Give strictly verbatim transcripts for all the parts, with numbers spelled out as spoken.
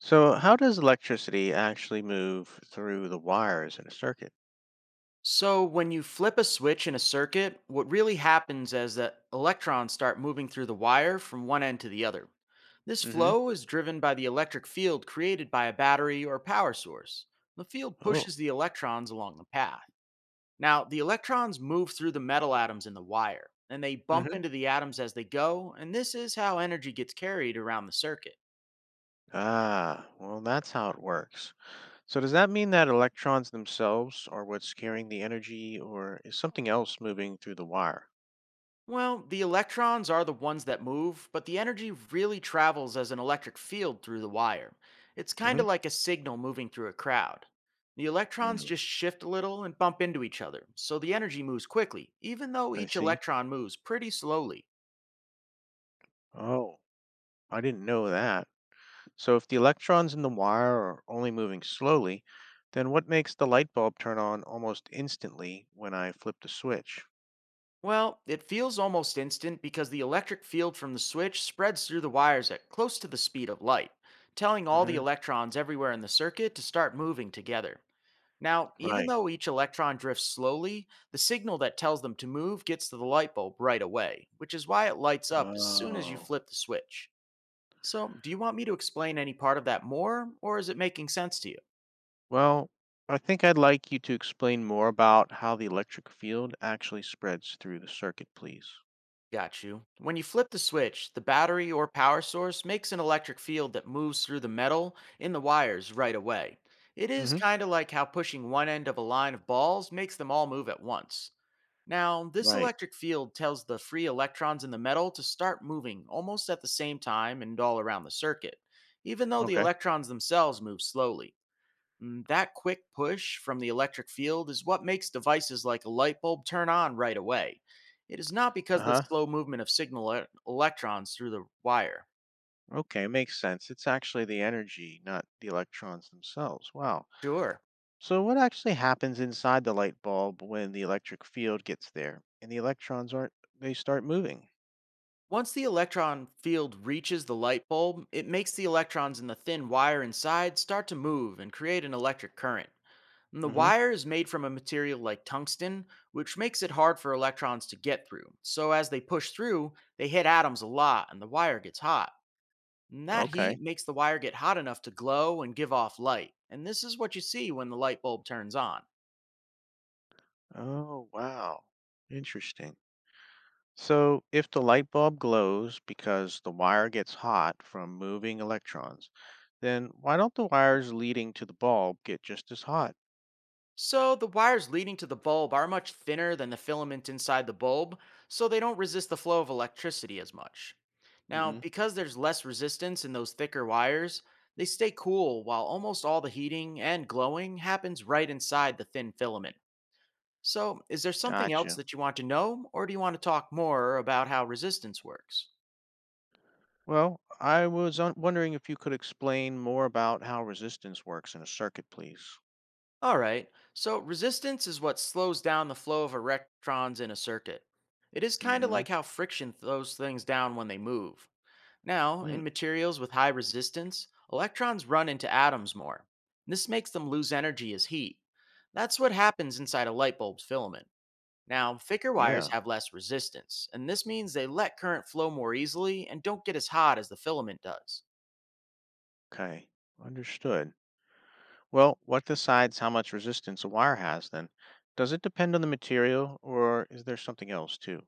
So, how does electricity actually move through the wires in a circuit? So, when you flip a switch in a circuit, what really happens is that electrons start moving through the wire from one end to the other. This Hmm. flow is driven by the electric field created by a battery or power source. The field Oh. pushes the electrons along the path. Now, the electrons move through the metal atoms in the wire, and they bump Hmm. into the atoms as they go, and this is how energy gets carried around the circuit. Ah, well, that's how it works. So, does that mean that electrons themselves are what's carrying the energy, or is something else moving through the wire? Well, the electrons are the ones that move, but the energy really travels as an electric field through the wire. It's kind Hmm. of like a signal moving through a crowd. The electrons Mm, just shift a little and bump into each other, so the energy moves quickly, even though I each see. electron moves pretty slowly. Oh, I didn't know that. So, if the electrons in the wire are only moving slowly, then what makes the light bulb turn on almost instantly when I flip the switch? Well, it feels almost instant because the electric field from the switch spreads through the wires at close to the speed of light, telling all the Hmm. electrons everywhere in the circuit to start moving together. Now, even Right. though each electron drifts slowly, the signal that tells them to move gets to the light bulb right away, which is why it lights up as soon as you Oh. flip the switch. So, do you want me to explain any part of that more, or is it making sense to you? Well, I think I'd like you to explain more about how the electric field actually spreads through the circuit, please. Got you. When you flip the switch, the battery or power source makes an electric field that moves through the metal in the wires right away. It is Hmm. kind of like how pushing one end of a line of balls makes them all move at once. Now, this Right. electric field tells the free electrons in the metal to start moving almost at the same time and all around the circuit, even though the Okay. electrons themselves move slowly. Mm, That quick push from the electric field is what makes devices like a light bulb turn on right away. It is not because Uh of the huh. slow movement of signal e- electrons through the wire. Okay. Makes sense. It's actually the energy, not the electrons themselves. Wow. Sure. So, what actually happens inside the light bulb when the electric field gets there and the electrons aren't, they start moving? Once the electron field reaches the light bulb, it makes the electrons in the thin wire inside start to move and create an electric current. And the Mm hmm. wire is made from a material like tungsten, which makes it hard for electrons to get through. So as they push through, they hit atoms a lot and the wire gets hot. And that heat Okay. makes the wire get hot enough to glow and give off light. And this is what you see when the light bulb turns on. Oh, wow. Interesting. So, if the light bulb glows because the wire gets hot from moving electrons, then why don't the wires leading to the bulb get just as hot? So, the wires leading to the bulb are much thinner than the filament inside the bulb, so they don't resist the flow of electricity as much. Now, Hmm. because there's less resistance in those thicker wires, they stay cool while almost all the heating and glowing happens right inside the thin filament. So, is there something else Gotcha. that you want to know, or do you want to talk more about how resistance works? Well, I was un- wondering if you could explain more about how resistance works in a circuit, please. Alright, so resistance is what slows down the flow of electrons in a circuit. It is kind of Hmm. like how friction slows things down when they move. Now, Hmm. in materials with high resistance, electrons run into atoms more. This makes them lose energy as heat. That's what happens inside a light bulb's filament. Now, thicker wires Yeah, have less resistance, and this means they let current flow more easily and don't get as hot as the filament does. okay. Understood. Well, what decides how much resistance a wire has then? Does it depend on the material or is there something else too?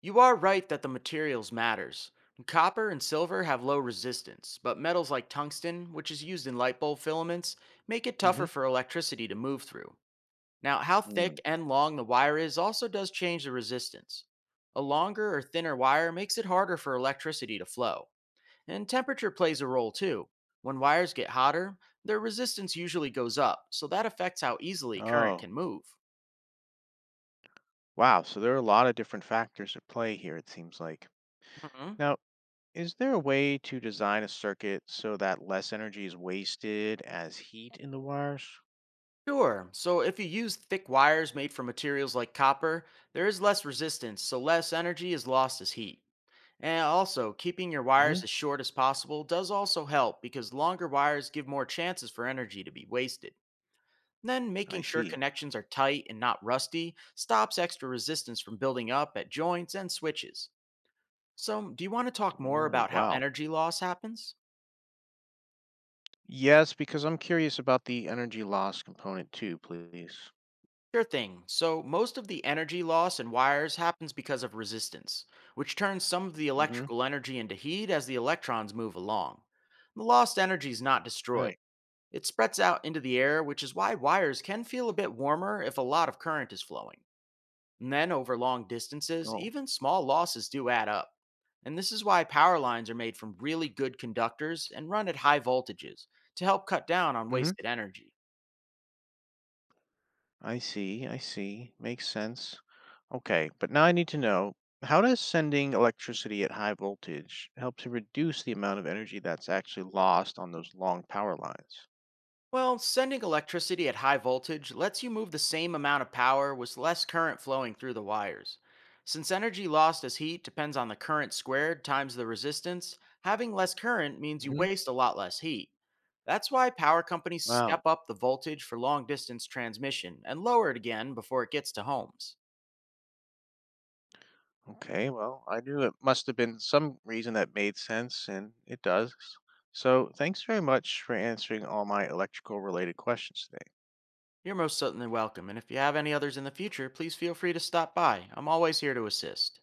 You are right that the materials matters. Copper and silver have low resistance, but metals like tungsten, which is used in light bulb filaments, make it tougher Hmm. for electricity to move through. Now, how Mm. thick and long the wire is also does change the resistance. A longer or thinner wire makes it harder for electricity to flow. And temperature plays a role too. When wires get hotter, their resistance usually goes up, so that affects how easily current Oh, can move. wow, so there are a lot of different factors at play here, it seems like. Mhm. Now, is there a way to design a circuit so that less energy is wasted as heat in the wires? Sure, so if you use thick wires made from materials like copper, there is less resistance, so less energy is lost as heat. And also, keeping your Hmm. wires as short as possible does also help because longer wires give more chances for energy to be wasted. Then, I making sure see. connections are tight and not rusty stops extra resistance from building up at joints and switches. So, do you want to talk more Oh, about how wow. energy loss happens? Yes, because I'm curious about the energy loss component too, please. Sure thing. So, most of the energy loss in wires happens because of resistance, which turns some of the Mm-hmm. electrical energy into heat as the electrons move along. The lost energy is not destroyed, Right. it spreads out into the air, which is why wires can feel a bit warmer if a lot of current is flowing. And then over long distances, Oh. even small losses do add up. And this is why power lines are made from really good conductors and run at high voltages to help cut down on Hmm. wasted energy. I see, I see. Makes sense. Okay, but now I need to know, how does sending electricity at high voltage help to reduce the amount of energy that's actually lost on those long power lines? Well, sending electricity at high voltage lets you move the same amount of power with less current flowing through the wires. Since energy lost as heat depends on the current squared times the resistance, having less current means you Hmm. waste a lot less heat. That's why power companies step Wow. up the voltage for long distance transmission and lower it again before it gets to homes. Okay, well, I knew it must have been some reason that made sense, and it does. So thanks very much for answering all my electrical related questions today. You're most certainly welcome, and if you have any others in the future, please feel free to stop by. I'm always here to assist.